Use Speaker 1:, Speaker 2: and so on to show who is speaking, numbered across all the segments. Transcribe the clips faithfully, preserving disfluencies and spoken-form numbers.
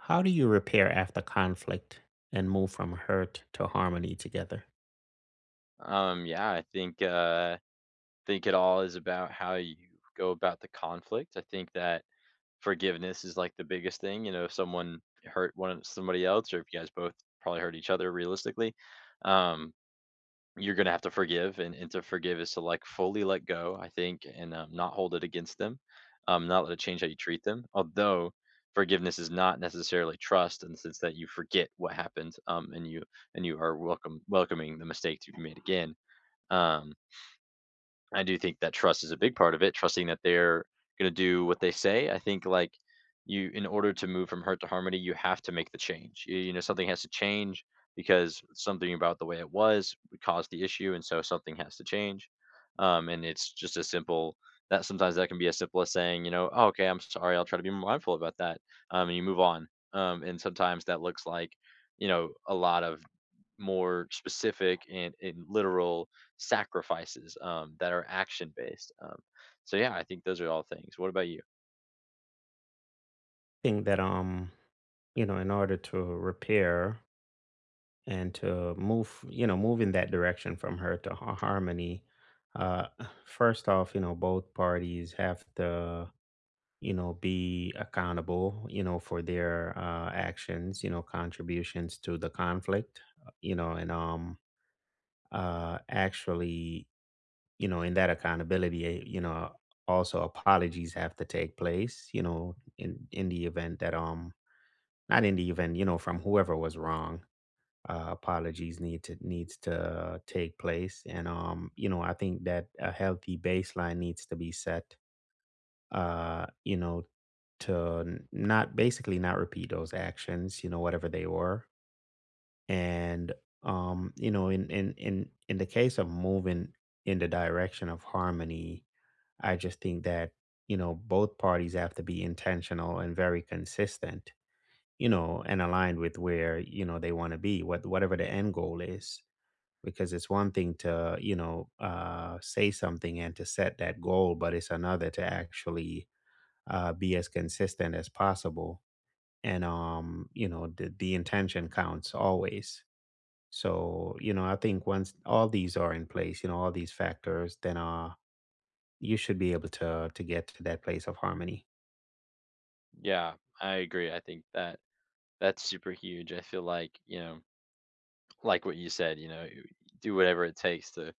Speaker 1: How do you repair after conflict and move from hurt to harmony together?
Speaker 2: Um, yeah, I think uh, think it all is about how you go about the conflict. I think that forgiveness is like the biggest thing. You know, if someone hurt one of- somebody else, or if you guys both probably hurt each other realistically, um, you're gonna have to forgive, and, and to forgive is to like fully let go. I think, and um, not hold it against them, um, not let it change how you treat them. Although forgiveness is not necessarily trust in the sense that you forget what happened um, and you and you are welcome welcoming the mistake to be made again. um I do think that trust is a big part of it, trusting that they're going to do what they say. I think like you in order to move from hurt to harmony, you have to make the change. You, you know, something has to change because something about the way it was caused the issue and so something has to change. Um and it's just as simple that sometimes that can be as simple as saying, you know, oh, okay, I'm sorry, I'll try to be mindful about that. Um and you move on. Um and sometimes that looks like, you know, a lot of more specific and, and literal sacrifices um, that are action based. Um, so yeah, I think those are all things. What about you?
Speaker 1: I think that um, you know, in order to repair and to move, you know, move in that direction from hurt to har- harmony, uh, first off, you know, both parties have to, you know, be accountable, you know, for their uh, actions, you know, contributions to the conflict, uh, you know, and um, uh, actually you know, in that accountability, eh, you know, also apologies have to take place, you know, in in the event that um not in the event, you know, from whoever was wrong. Uh, apologies need to needs to take place, and um, you know, I think that a healthy baseline needs to be set. Uh, you know, to n- not basically not repeat those actions, you know, whatever they were, and um, you know, in in in in the case of moving in the direction of harmony, I just think that, you know, both parties have to be intentional and very consistent, you know, and aligned with where, you know, they want to be, what whatever the end goal is. Because it's one thing to, you know, uh, say something and to set that goal, but it's another to actually uh, be as consistent as possible. And, um, you know, the, the intention counts always. So, you know, I think once all these are in place, you know, all these factors, then uh, you should be able to to get to that place of harmony.
Speaker 2: Yeah, I agree. I think that that's super huge. I feel like you know like what you said, you know, do whatever it takes to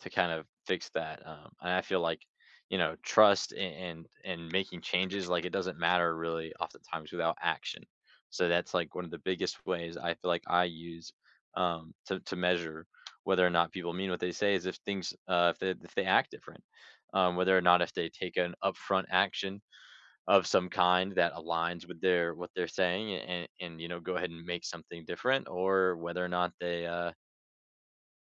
Speaker 2: to kind of fix that. Um, and I feel like, you know, trust and, and making changes, like it doesn't matter really oftentimes without action. So that's like one of the biggest ways I feel like I use um, to to measure whether or not people mean what they say is if things uh, if they if they act different, um, whether or not if they take an upfront action of some kind that aligns with their what they're saying and and you know go ahead and make something different or whether or not they uh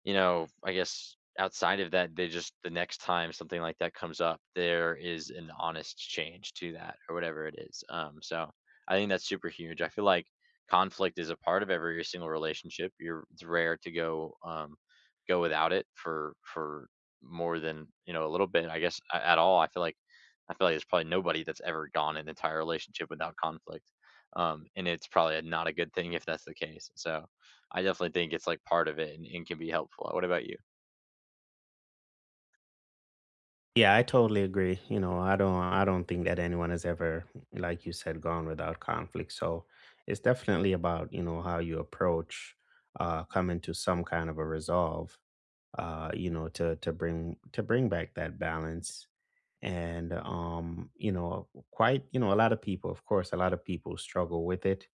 Speaker 2: you know, I guess outside of that, they just the next time something like that comes up, there is an honest change to that or whatever it is. Um, so I think that's super huge. I feel like conflict is a part of every single relationship. You're it's rare to go um, go without it for for more than you know a little bit. I guess a- at all. I feel like I feel like there's probably nobody that's ever gone an entire relationship without conflict. Um, and it's probably not a good thing if that's the case. So I definitely think it's like part of it and, and can be helpful. What about you?
Speaker 1: Yeah, I totally agree. You know, I don't I don't think that anyone has ever, like you said, gone without conflict. So it's definitely about, you know, how you approach uh coming to some kind of a resolve, uh, you know, to to bring to bring back that balance. And um, you know, quite, you know, a lot of people, of course, a lot of people struggle with it.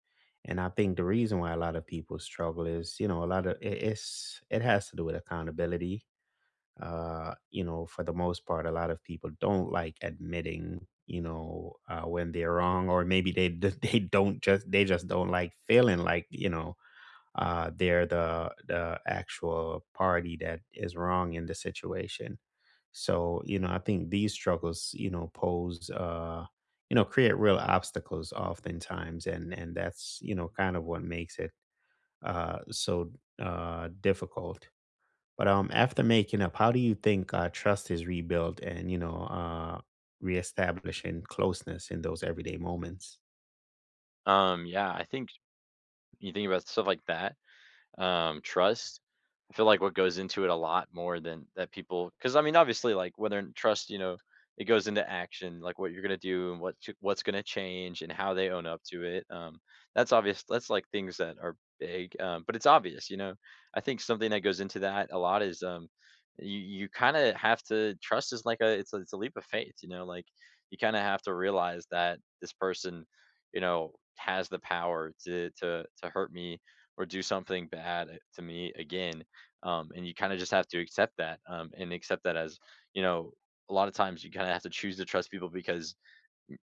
Speaker 1: And I think the reason why a lot of people struggle is, you know, a lot of it- it's it has to do with accountability uh, you know, for the most part, a lot of people don't like admitting, you know, uh, when they're wrong, or maybe they d- they don't just they just don't like feeling like you know uh, they're the the actual party that is wrong in the situation. So you know, I think these struggles, you know, pose. Uh, you know, create real obstacles oftentimes, and and that's you know kind of what makes it uh, so uh, difficult. But, um, after making up, how do you think, uh, trust is rebuilt and, you know, uh, reestablishing closeness in those everyday moments?
Speaker 2: Um, yeah, I think you think about stuff like that. Um, trust. I feel like what goes into it a lot more than that people, because I mean, obviously, like whether in trust, you know, it goes into action, like what you're gonna do and what to- what's gonna change and how they own up to it. Um, that's obvious. That's like things that are big, um, but it's obvious, you know. I think something that goes into that a lot is um, you you kind of have to trust is like a it's a, it's a leap of faith, you know. Like you kind of have to realize that this person, you know, has the power to to to hurt me or do something bad to me again. Um, and you kind of just have to accept that um, and accept that as, you know, a lot of times you kind of have to choose to trust people because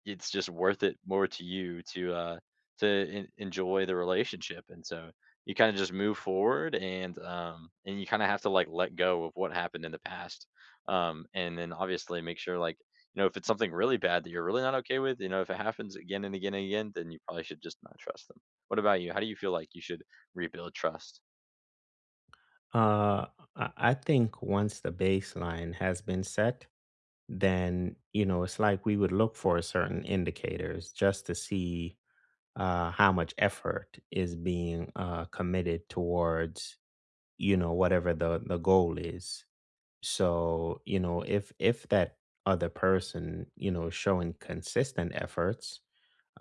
Speaker 2: it's just worth it more to you to uh to en- enjoy the relationship and so you kind of just move forward and um and you kind of have to like let go of what happened in the past um and then obviously make sure like you know if it's something really bad that you're really not okay with, you know, if it happens again and again and again then you probably should just not trust them. What about you? How do you feel like you should rebuild trust?
Speaker 1: Uh, I I think once the baseline has been set, then, you know, it's like we would look for certain indicators just to see, uh, how much effort is being, uh, committed towards, you know, whatever the the goal is. So, you know, if if that other person, you know, is showing consistent efforts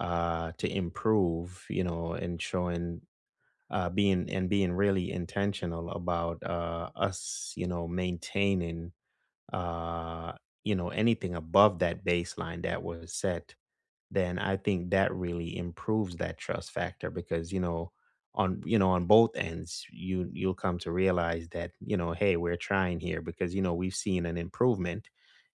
Speaker 1: uh to improve, you know, and showing uh being and being really intentional about uh us, you know, maintaining uh you know anything above that baseline that was set then I think that really improves that trust factor because, you know, on you know, on both ends, you you'll come to realize that, you know, hey, we're trying here because, you know, we've seen an improvement,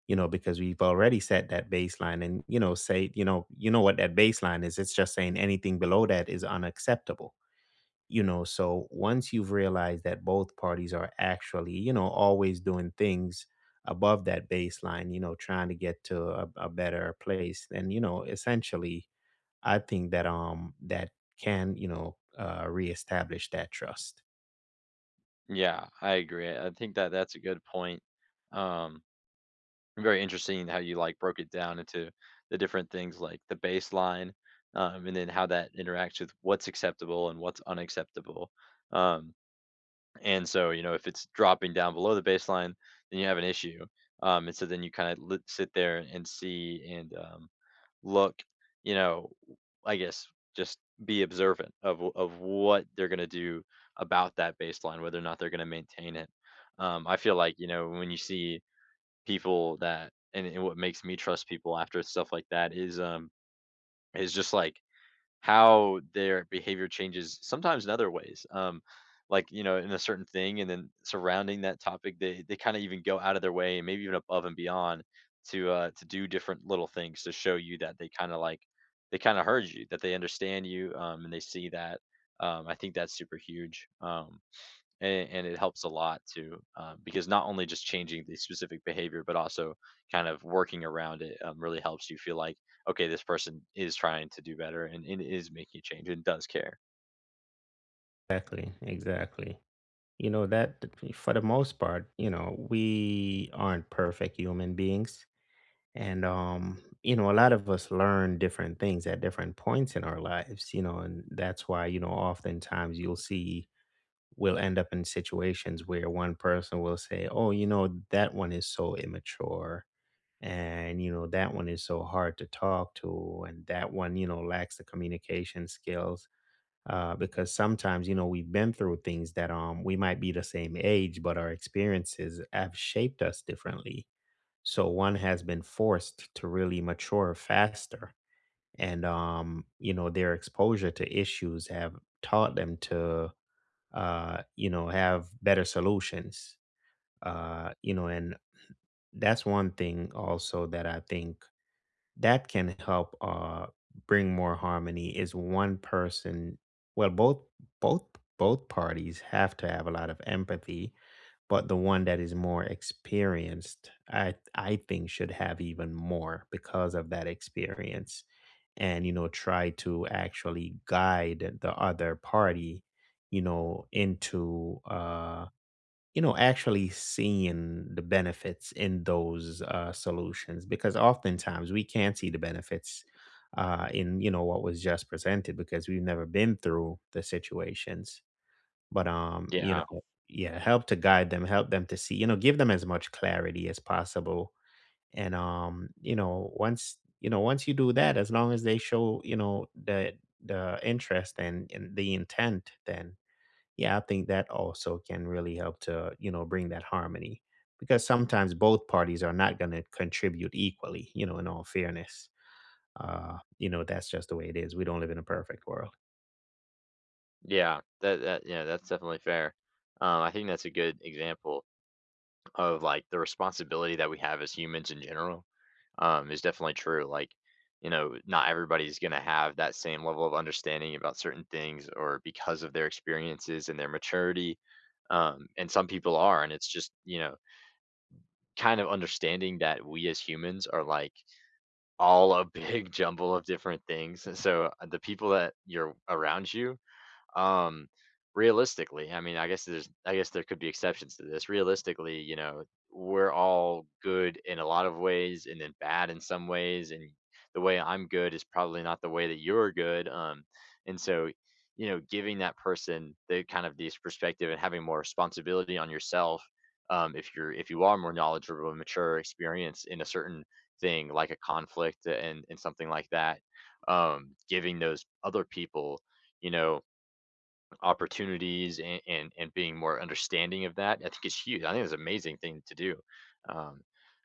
Speaker 1: you know, because we've already set that baseline and, you know, say, you know, you know what that baseline is. It's just saying anything below that is unacceptable. You know, so once you've realized that both parties are actually, you know, always doing things above that baseline, you know, trying to get to a, a better place, then, you know, essentially I think that um that can you know uh, reestablish that trust.
Speaker 2: Yeah, I agree. I think that that's a good point. um Very interesting how you, like, broke it down into the different things, like the baseline, um, and then how that interacts with what's acceptable and what's unacceptable. Um, and so, you know, if it's dropping down below the baseline, then you have an issue. Um, and so then you kind of lit sit there and see and, um, look, you know, I guess just be observant of w of what they're gonna do about that baseline, whether or not they're gonna maintain it. Um, I feel like, you know, when you see people that and and what makes me trust people after stuff like that is, um is just, like, how their behavior changes sometimes in other ways, um, like, you know, in a certain thing and then surrounding that topic, they they kinda even go out of their way and maybe even above and beyond to, uh to do different little things to show you that they kinda, like they kinda heard you, that they understand you, um, and they see that, um, I think that's super huge, um and, and it helps a lot too, um, because not only just changing the specific behavior but also kind of working around it, um, really helps you feel like okay this person is trying to do better and, and is making a change and does care.
Speaker 1: Exactly, exactly. You know that for the most part, you know we aren't perfect human beings, and um you know a lot of us learn different things at different points in our lives. You know, and that's why you know oftentimes you'll see we'll end up in situations where one person will say, "Oh, you know that one is so immature." and you know that one is so hard to talk to and that one you know lacks the communication skills uh, because sometimes you know we've been through things that um we might be the same age but our experiences have shaped us differently so one has been forced to really mature faster and um you know their exposure to issues have taught them to uh you know have better solutions uh you know and that's one thing also that I think that can help uh bring more harmony is one person well both both both parties have to have a lot of empathy but the one that is more experienced i i think should have even more because of that experience and you know try to actually guide the other party you know into uh you know actually seeing the benefits in those uh, solutions because oftentimes we can't see the benefits uh, in you know what was just presented because we've never been through the situations but um you
Speaker 2: Yeah,
Speaker 1: know yeah help to guide them help them to see you know give them as much clarity as possible and um you know once you know once you do that as long as they show you know the the interest and, and the intent then yeah, I think that also can really help to, you know, bring that harmony because sometimes both parties are not going to contribute equally, you know, in all fairness. Uh, you know, that's just the way it is. We don't live in a perfect world.
Speaker 2: yeah, that that yeah, that's definitely fair. Um, I think that's a good example of like the responsibility that we have as humans in general. Um, is definitely true. Like, you know, not everybody's going to have that same level of understanding about certain things or because of their experiences and their maturity. Um, and some people are. And it's just, you know, kind of understanding that we as humans are like all a big jumble of different things. And so uh, the people that you're around you um, realistically, I mean, I guess there's, I guess there could be exceptions to this. Realistically, you know, we're all good in a lot of ways, and then bad in some ways. And the way I'm good is probably not the way that you're good. Um, and so, you know, giving that person the kind of this perspective and having more responsibility on yourself. Um, if you're if you are more knowledgeable and mature experience in a certain thing like a conflict and and something like that, um giving those other people, you know, opportunities and, and and being more understanding of that, I think it's huge. I think it's an amazing thing to do. um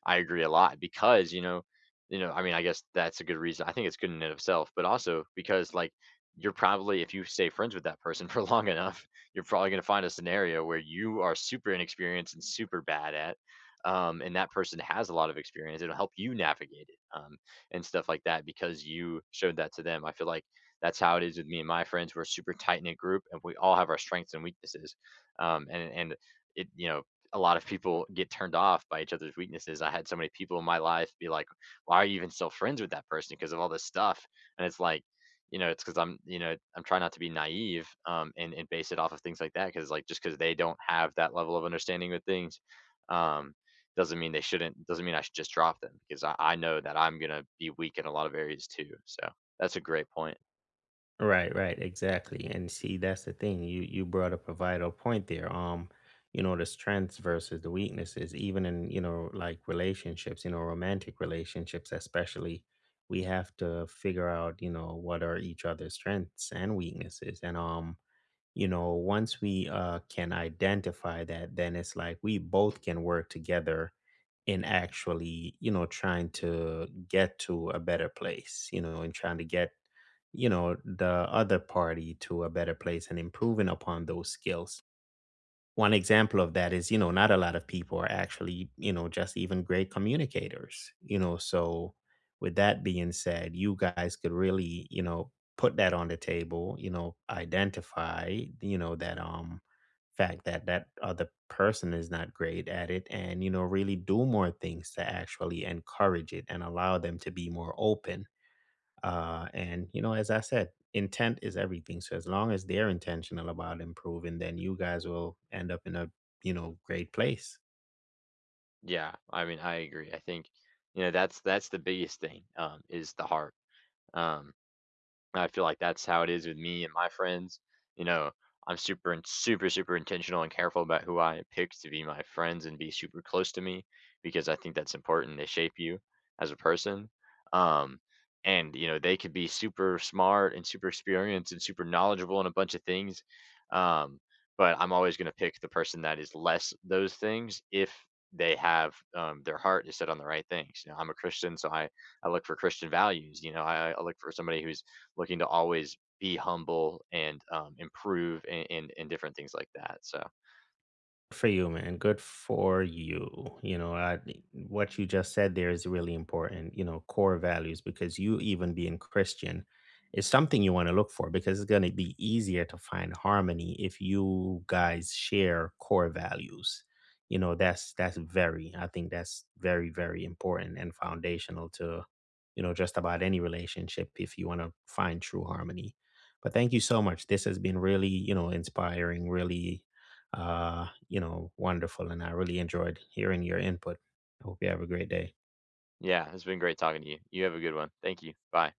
Speaker 2: I agree a lot because you know you know I mean I guess that's a good reason. I think it's good in and of itself but also because like you're probably if you stay friends with that person for long enough you're probably going to find a scenario where you are super inexperienced and super bad at, um and that person has a lot of experience. It'll help you navigate it, um and stuff like that because you showed that to them. I feel like that's how it is with me and my friends. We're a super tight knit group, and we all have our strengths and weaknesses. Um, and and it you know a lot of people get turned off by each other's weaknesses. I had so many people in my life be like, "Why are you even still friends with that person?" Because of all this stuff, and it's like. You know, it's because I'm, you know, I'm trying not to be naive, um, and and base it off of things like that. Because like just because they don't have that level of understanding with things, um, doesn't mean they shouldn't doesn't mean I should just drop them because I, I know that I'm going to be weak in a lot of areas too, so that's a great point.
Speaker 1: Right, right, exactly. And see, that's the thing. You you brought up a vital point there. Um, you know, the strengths versus the weaknesses, even in, you know, like relationships, you know, romantic relationships especially, we have to figure out, you know, what are each other's strengths and weaknesses. And um you know once we uh, can identify that then it's like we both can work together in actually you know trying to get to a better place you know and trying to get you know the other party to a better place and improving upon those skills one example of that is, you know, not a lot of people are actually, you know, just even great communicators, you know. So, with that being said, you guys could really, you know, put that on the table, you know, identify, you know, that um fact that that other person is not great at it and, you know, really do more things to actually encourage it and allow them to be more open uh, and you know, as I said, intent is everything. So as long as they're intentional about improving, then you guys will end up in a you know great place.
Speaker 2: Yeah, I mean, I agree. I think, you know, that's that's the biggest thing, um, is the heart. Um, I feel like that's how it is with me and my friends. You know, I'm super and super, super intentional and careful about who I pick to be my friends and be super close to me because I think that's important. They shape you as a person. Um, and you know, they could be super smart and super experienced and super knowledgeable in a bunch of things. Um, but I'm always going to pick the person that is less those things if they have, um, their heart set on the right things. You know, I'm a Christian, so I I look for Christian values. You know, I look for somebody who's looking to always be humble and, um, improve and, and, and different things like that. So,
Speaker 1: For you, man. Good for you. You know, I, what you just said there is really important, you know, core values, because you even being Christian is something you want to look for because it's going to be easier to find harmony if you guys share core values. You know, that's, that's very, I think that's very, very important and foundational to, you know, just about any relationship if you want to find true harmony. But thank you so much. This has been really, you know, inspiring, really uh, you know, wonderful. And I really enjoyed hearing your input. I hope you have a great day.
Speaker 2: yeah, it's been great talking to you. You have a good one. Thank you. Bye.